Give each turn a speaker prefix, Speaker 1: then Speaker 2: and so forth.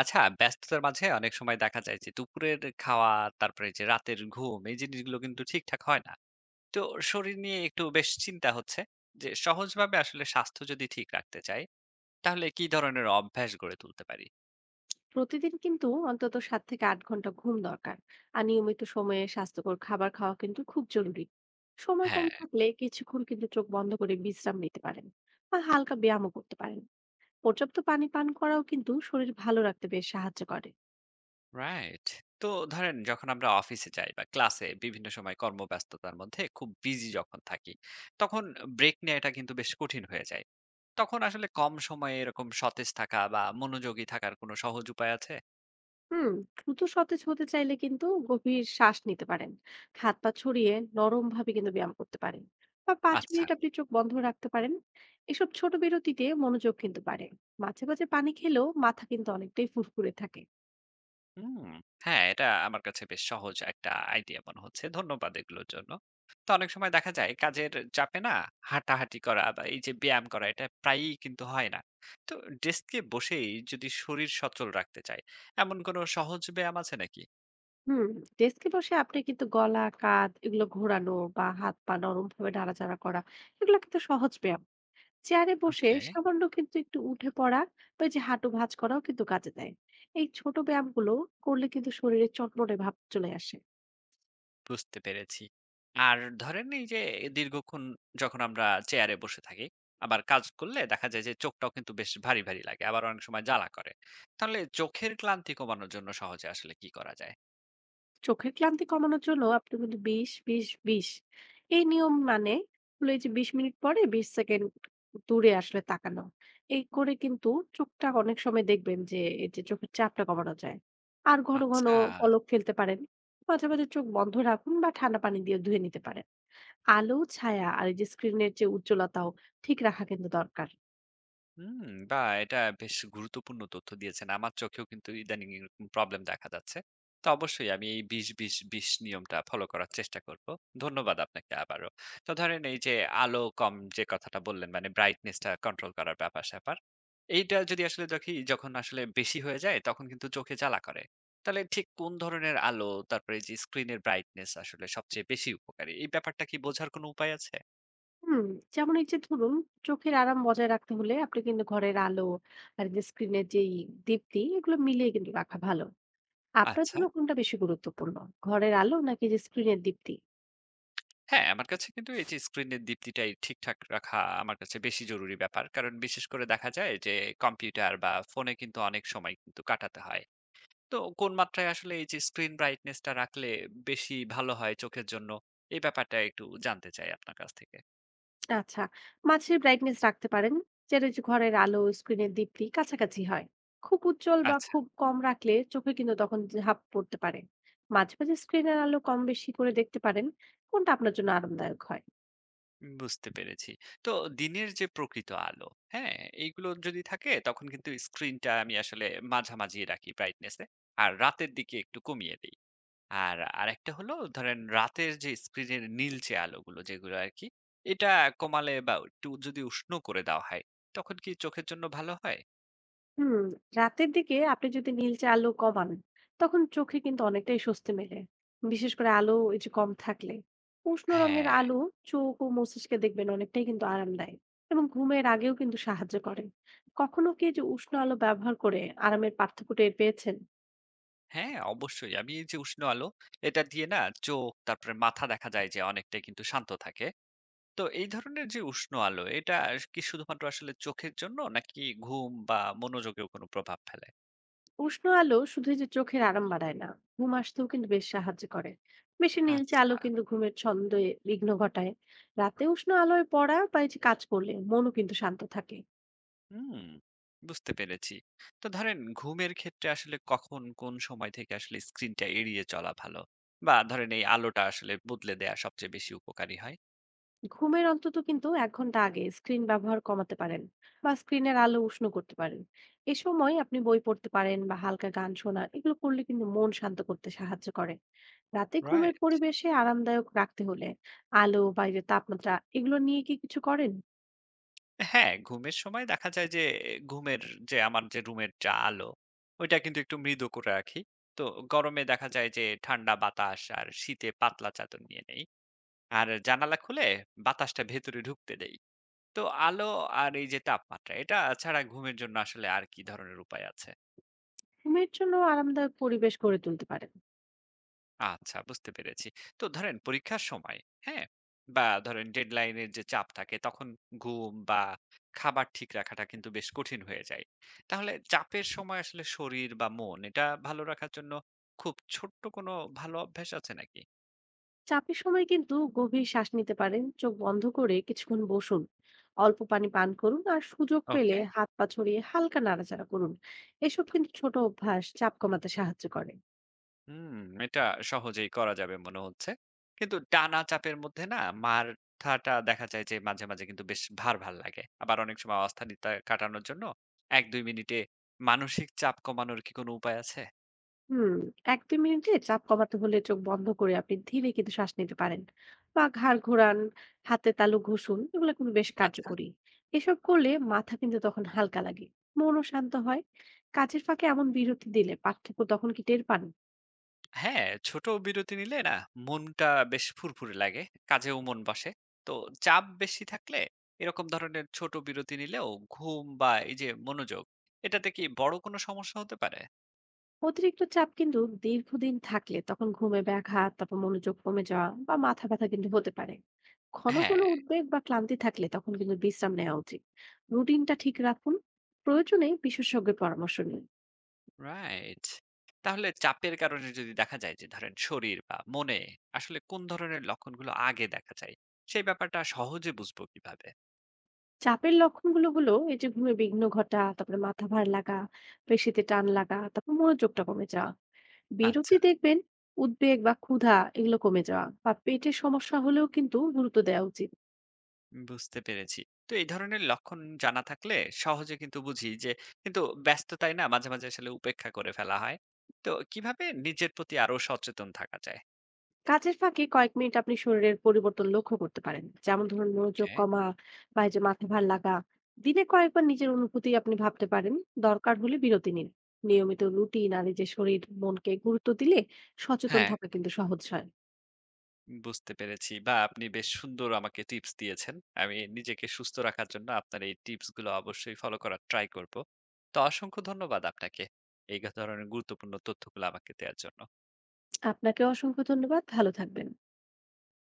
Speaker 1: আচ্ছা, ব্যস্ততার মাঝে অনেক সময় দেখা যায় যে দুপুরের খাওয়া, তারপরে এই যে রাতের ঘুম, এই জিনিসগুলো কিন্তু ঠিকঠাক হয় না। তো শরীর নিয়ে একটু বেশ চিন্তা হচ্ছে যে সহজভাবে আসলে স্বাস্থ্য যদি ঠিক রাখতে চাই, তাহলে কি ধরনের অভ্যাস গড়ে তুলতে পারি?
Speaker 2: প্রতিদিন কিন্তু অন্তত 7 থেকে ৮ ঘন্টা ঘুম দরকার। আর নিয়মিত সময়ে স্বাস্থ্যকর খাবার খাওয়া কিন্তু খুব জরুরি। সময় কম
Speaker 1: হ্যাঁ,
Speaker 2: থাকলে কিছুক্ষণ কিন্তু চোখ বন্ধ করে বিশ্রাম নিতে পারেন বা হালকা ব্যায়ামও করতে পারেন। পর্যাপ্ত পানি পান করাও কিন্তু শরীর ভালো রাখতে বেশ সাহায্য করে।
Speaker 1: রাইট। তো ধরেন যখন আমরা অফিসে যাই বা ক্লাসে বিভিন্ন সময় কর্মব্যস্ততার মধ্যে খুব বিজি যখন থাকি, তখন ব্রেক নেয়াটা কিন্তু বেশ কঠিন হয়ে যায়। তখন আসলে কম সময়ে এরকম সতেজ থাকা বা মনোযোগী থাকার কোনো সহজ উপায় আছে?
Speaker 2: হুম, দ্রুত সতেজ হতে চাইলে কিন্তু গভীর শ্বাস নিতে পারেন। হাত পা ছড়িয়ে নরমভাবে কিন্তু ব্যায়াম করতে পারেন বা ৫
Speaker 1: আচ্ছা।
Speaker 2: মিনিট আপনি চোখ বন্ধ রাখতে পারেন। এসব ছোট বিরতিতে মনোযোগ কিন্তু বাড়ে। মাঝে মাঝে পানি খেলেও মাথা কিন্তু অনেকটাই ফুরফুরে থাকে।
Speaker 1: হুম, হ্যাঁ, এটা আমার কাছে বেশ সহজ একটা আইডিয়া মনে হচ্ছে। ধন্যবাদ এগুলোর জন্য। তো অনেক সময় দেখা যায় কাজের চাপে না হাঁটাহাঁটি করা বা এই যে ব্যায়াম করা এটা প্রায়ই কিন্তু হয় না। তো ডেস্কে বসেই যদি শরীর সচল রাখতে চাই, এমন কোনো সহজ ব্যায়াম আছে নাকি?
Speaker 2: হুম, ডেস্কে বসে আপনি কিন্তু গলা কাঁধ এগুলো ঘোরানো বা হাত পা নরম ভাবে নাড়াচাড়া করা এগুলো কিন্তু সহজ ব্যায়াম। চেয়ারে বসে
Speaker 1: ওকে।
Speaker 2: সামান্য কিন্তু একটু উঠে পড়া বা এই যে হাঁটু ভাঁজ করাও কিন্তু কাজে দেয়। এই ছোট ব্যায়ামগুলো করলে কিন্তু শরীরে চটমটে ভাব চলে আসে।
Speaker 1: বুঝতে পেরেছি। আর ধরেন এই যে দীর্ঘক্ষণ যখন আমরা চেয়ারে বসে থাকি, আবার কাজ করলে দেখা যায় যে চোখটাও কিন্তু বেশ ভারী, ভারী লাগে। আবার অনেক সময় জ্বালা করে। তাহলে চোখের ক্লান্তি কমানোর জন্য সহজে আসলে কি করা যায়?
Speaker 2: চোখের ক্লান্তি কমানোর জন্য আপনি কিন্তু 20 20 20 এই নিয়ম, মানে হলো এই যে 20 মিনিট পরে 20 সেকেন্ড দূরে আসলে তাকানো, এই করে কিন্তু চোখটা অনেক সময় দেখবেন যে এই যে চোখের চাপটা কমানো যায়। আর ঘন ঘন
Speaker 1: আচ্ছা।
Speaker 2: পলক ফেলতে পারেন। মাঝে মাঝে চোখ বন্ধ রাখুন বা ঠান্ডা পানি দিয়ে ধুয়ে নিতে পারেন। আলো ছায়া আর এই যে স্ক্রিনের যে উজ্জ্বলতাও ঠিক রাখা কিন্তু দরকার।
Speaker 1: হুম, বাহ! এটা বেশ গুরুত্বপূর্ণ তথ্য দিয়েছেন। আমার চোখেও কিন্তু ইদানিং এরকম প্রবলেম দেখা যাচ্ছে। তো অবশ্যই আমি এই ২০-২০-২০ নিয়মটা ফলো করার চেষ্টা করব। ধন্যবাদ আপনাকে আবারও। তো ধরেন এই যে আলো কম যে কথাটা বললেন মানে ব্রাইটনেস টা কন্ট্রোল করার ব্যাপার-স্যাপার। এইটা যদি আসলে দেখি যখন আসলে বেশি হয়ে যায় তখন কিন্তু চোখে জ্বালা করে। তাহলে ঠিক কোন ধরনের আলো তারপরে যে স্ক্রিনের ব্রাইটনেস আসলে সবচেয়ে বেশি উপকারী এই ব্যাপারটা কি বোঝার কোনো উপায় আছে?
Speaker 2: হুম, যেমন এই যে ধরুন চোখের আরাম বজায় রাখতে হলে আপনি কিন্তু ঘরের আলো আর যে স্ক্রিনের যেই দীপ্তি এগুলো মিলিয়ে কিন্তু রাখা ভালো। আপনার
Speaker 1: আচ্ছা।
Speaker 2: জন্য কোনটা বেশি গুরুত্বপূর্ণ, ঘরের আলো নাকি যে স্ক্রিনের দীপ্তি?
Speaker 1: হ্যাঁ, আমার কাছে কিন্তু এই যে স্ক্রিনের দীপ্তিটাই ঠিকঠাক রাখা আমার কাছে বেশি জরুরি ব্যাপার। কারণ বিশেষ করে দেখা যায় যে কম্পিউটার বা ফোনে কিন্তু অনেক সময় কিন্তু কাটাতে হয়। তো কোন মাত্রায় আসলে এই যে স্ক্রিন ব্রাইটনেস টা রাখলে বেশি ভালো হয় চোখের জন্য, এই ব্যাপারটা একটু জানতে চাই আপনার কাছ থেকে।
Speaker 2: আচ্ছা, মাঝের ব্রাইটনেস রাখতে পারেন, যেটা যে ঘরের আলো স্ক্রিনের দীপ্তি কাছাকাছি হয়। খুব উজ্জ্বল বা
Speaker 1: আচ্ছা,
Speaker 2: খুব কম রাখলে চোখে কিন্তু তখন ঝাঁপ পড়তে পারে। মাঝে মাঝে স্ক্রিনের আলো কম বেশি করে দেখতে পারেন, কোনটা আপনার জন্য আরামদায়ক হয়।
Speaker 1: বুঝতে পেরেছি। তো দিনের যে প্রকৃত আলো, হ্যাঁ? এইগুলো যদি থাকে তখন কিন্তু স্ক্রিনটা আমি আসলে মাঝামাঝি রাখি ব্রাইটনেস এ। আর রাতের দিকে একটু কমিয়ে দেই। আর আরেকটা হলো ধরেন রাতের যে স্ক্রিনের নীলচে আলোগুলো যেগুলো আর কি এটা কমালে বা একটু যদি উষ্ণ করে দেওয়া হয় তখন কি চোখের জন্য ভালো হয়?
Speaker 2: হুম, রাতের দিকে আপনি যদি নীলচে আলো কমান তখন চোখে কিন্তু অনেকটাই স্বস্তি মেলে। বিশেষ করে আলো এই যে কম থাকলে উষ্ণ রঙের
Speaker 1: হ্যাঁ।
Speaker 2: আলো চোখ ও মস্তিষ্কে দেখবেন অনেকটাই কিন্তু আরাম দেয় এবং ঘুমের আগেও কিন্তু সাহায্য করে। কখনো কি এই যে উষ্ণ আলো ব্যবহার করে আরামের পার্থক্য টের পেয়েছেন?
Speaker 1: হ্যাঁ, অবশ্যই আমি এই যে উষ্ণ আলো এটা দিয়ে না চোখ তারপরে মাথা দেখা যায় যে অনেকটা কিন্তু শান্ত থাকে। তো এই ধরনের যে উষ্ণ আলো এটা কি শুধুমাত্র আসলে চোখের জন্য নাকি ঘুম বা মনোযোগেও কোনো প্রভাব ফেলে?
Speaker 2: উষ্ণ আলো শুধু এই যে চোখের আরাম বাড়ায় না, ঘুম আসতেও কিন্তু বেশ সাহায্য করে। বেশি নীলচে
Speaker 1: আচ্ছা।
Speaker 2: আলো কিন্তু ঘুমের ছন্দে বিঘ্ন ঘটায়। রাতে উষ্ণ আলোয় পড়া বা এই যে কাজ করলে মনও কিন্তু শান্ত থাকে।
Speaker 1: হুম, বুঝতে পেরেছি। তো ধরেন ঘুমের ক্ষেত্রে আসলে কখন কোন সময় থেকে আসলে স্ক্রিনটা এড়িয়ে চলা ভালো? বা ধরেন এই আলোটা আসলে বদলে দেয়া সবচেয়ে বেশি উপকারী হয়?
Speaker 2: ঘুমের অন্তত কিন্তু এক ঘন্টা আগে স্ক্রিন ব্যবহার কমাতে পারেন বা স্ক্রিনের আলো উষ্ণ করতে পারেন। এ সময় আপনি বই পড়তে পারেন বা হালকা গান শোনা এগুলো করলে কিন্তু মন শান্ত করতে সাহায্য করে। রাতে ঘুমের
Speaker 1: রাইট।
Speaker 2: পরিবেশে আরামদায়ক রাখতে হলে আলো, বাইরের তাপমাত্রা এগুলো নিয়ে কি কিছু করেন?
Speaker 1: হ্যাঁ, ঘুমের সময় দেখা যায় যে ঘুমের যে আমার যে রুমের যা আলো ওইটা কিন্তু একটু মৃদু করে রাখি। তো গরমে দেখা যায় যে ঠান্ডা বাতাস আর শীতে পাতলা চাদর নিয়ে নেই। আর জানালা খুলে বাতাসটা ভেতরে ঢুকতে দেই। তো আলো আর এই যে তাপমাত্রা এটা ছাড়া ঘুমের জন্য আসলে আর কি ধরনের উপায় আছে?
Speaker 2: ঘুমের জন্য আরামদায়ক পরিবেশ গড়ে তুলতে পারেন।
Speaker 1: আচ্ছা, বুঝতে পেরেছি। তো ধরেন পরীক্ষার সময়, হ্যাঁ? বা ধরেন ডেডলাইনের যে চাপ থাকে তখন ঘুম বা খাবার ঠিক রাখাটা কিন্তু বেশ কঠিন হয়ে যায়। তাহলে চাপের সময় আসলে শরীর বা মন এটা ভালো রাখার জন্য খুব ছোট্ট কোনো ভালো অভ্যাস আছে নাকি?
Speaker 2: চাপের সময় কিন্তু গভীর শ্বাস নিতে পারেন, চোখ বন্ধ করে কিছুক্ষণ বসুন। অল্প পানি পান করুন আর সুযোগ
Speaker 1: ওকে।
Speaker 2: পেলে হাত পা ছড়িয়ে হালকা নাড়াচাড়া করুন। এসব কিন্তু ছোট অভ্যাস চাপ কমাতে সাহায্য করে।
Speaker 1: হুম, এটা সহজেই করা যাবে মনে হচ্ছে। কিন্তু টানা চাপের মধ্যে না মাথাটা দেখা যায় যে মাঝে, মাঝে কিন্তু বেশ ভার, ভার লাগে। আবার অনেক সময় অস্থিরতা কাটানোর জন্য ১-২ মিনিটে মানসিক চাপ কমানোর কি কোনো উপায় আছে?
Speaker 2: হুম, এক দুই মিনিটে চাপ কমাতে হলে চোখ বন্ধ করে আপনি ধীরে কিন্তু শ্বাস নিতে পারেন বা ঘাড় ঘোরান, হাতে তালু ঘষুন, এগুলো কিন্তু বেশ
Speaker 1: আচ্ছা।
Speaker 2: কার্যকরী। এসব করলে মাথা কিন্তু তখন হালকা লাগে, মনও শান্ত হয়। কাজের ফাঁকে এমন বিরতি দিলে পার্থক্য তখন কি টের পান?
Speaker 1: হ্যাঁ, ছোট বিরতি নিলে না মনটা বেশ ফুরফুরে লাগে, কাজেও মন বসে। তো চাপ বেশি থাকলে এরকম ধরনের ছোট বিরতি নিলেও ঘুম বা এই যে মনোযোগ এটাতে কি বড় কোনো সমস্যা হতে পারে?
Speaker 2: অতিরিক্ত চাপ কিন্তু দীর্ঘদিন থাকলে তখন ঘুমে ব্যাঘাত, তারপর মনোযোগ কমে যাওয়া বা মাথা ব্যথা কিন্তু হতে পারে। ঘন ঘন
Speaker 1: হ্যাঁ।
Speaker 2: উদ্বেগ বা ক্লান্তি থাকলে তখন কিন্তু বিশ্রাম নেওয়া উচিত। রুটিনটা ঠিক রাখুন, প্রয়োজনে বিশেষজ্ঞের পরামর্শ নিন।
Speaker 1: রাইট। তাহলে চাপের কারণে যদি দেখা যায় যে ধরেন শরীর বা মনে আসলে কোন ধরনের লক্ষণগুলো আগে দেখা যায়, সেই ব্যাপারটা সহজে বুঝবো কিভাবে?
Speaker 2: চাপের লক্ষণগুলো হলো এই যে ঘুমে বিঘ্ন ঘটা, তারপরে মাথা ভার লাগা, পেশিতে টান লাগা, তারপর মনোযোগটা কমে যাওয়া, বিরতি
Speaker 1: আচ্ছা,
Speaker 2: দেখবেন, উদ্বেগ বা ক্ষুধা এগুলো কমে যাওয়া বা পেটের সমস্যা হলেও কিন্তু গুরুত্ব দেওয়া উচিত।
Speaker 1: বুঝতে পেরেছি। তো এই ধরনের লক্ষণ জানা থাকলে সহজে কিন্তু বুঝি যে কিন্তু ব্যস্ততায় না মাঝে, মাঝে আসলে উপেক্ষা করে ফেলা হয়। তো কিভাবে নিজের প্রতি আরো সচেতন থাকা যায়?
Speaker 2: কাজের ফাঁকে কয়েক মিনিট আপনি শরীরের পরিবর্তন লক্ষ্য করতে পারেন, যেমন ধরুন মনোযোগ
Speaker 1: ওকে।
Speaker 2: কমা বা এই যে মাথা ভার লাগা। দিনে কয়েকবার নিজের অনুভূতি আপনি ভাবতে পারেন, দরকার হলে বিরতি নিন। নিয়মিত রুটিন আর এই যে শরীর মনকে গুরুত্ব দিলে সচেতন
Speaker 1: হ্যাঁ।
Speaker 2: থাকা কিন্তু সহজ হয়।
Speaker 1: বুঝতে পেরেছি। বা আপনি বেশ সুন্দর আমাকে টিপস দিয়েছেন। আমি নিজেকে সুস্থ রাখার জন্য আপনার এই টিপস গুলো অবশ্যই ফলো করার ট্রাই করব। তো অসংখ্য ধন্যবাদ আপনাকে। এই ধরনের গুরুত্বপূর্ণ তথ্যগুলো আমাকে দেওয়ার জন্য।
Speaker 2: আপনাকে অসংখ্য ধন্যবাদ, ভালো থাকবেন।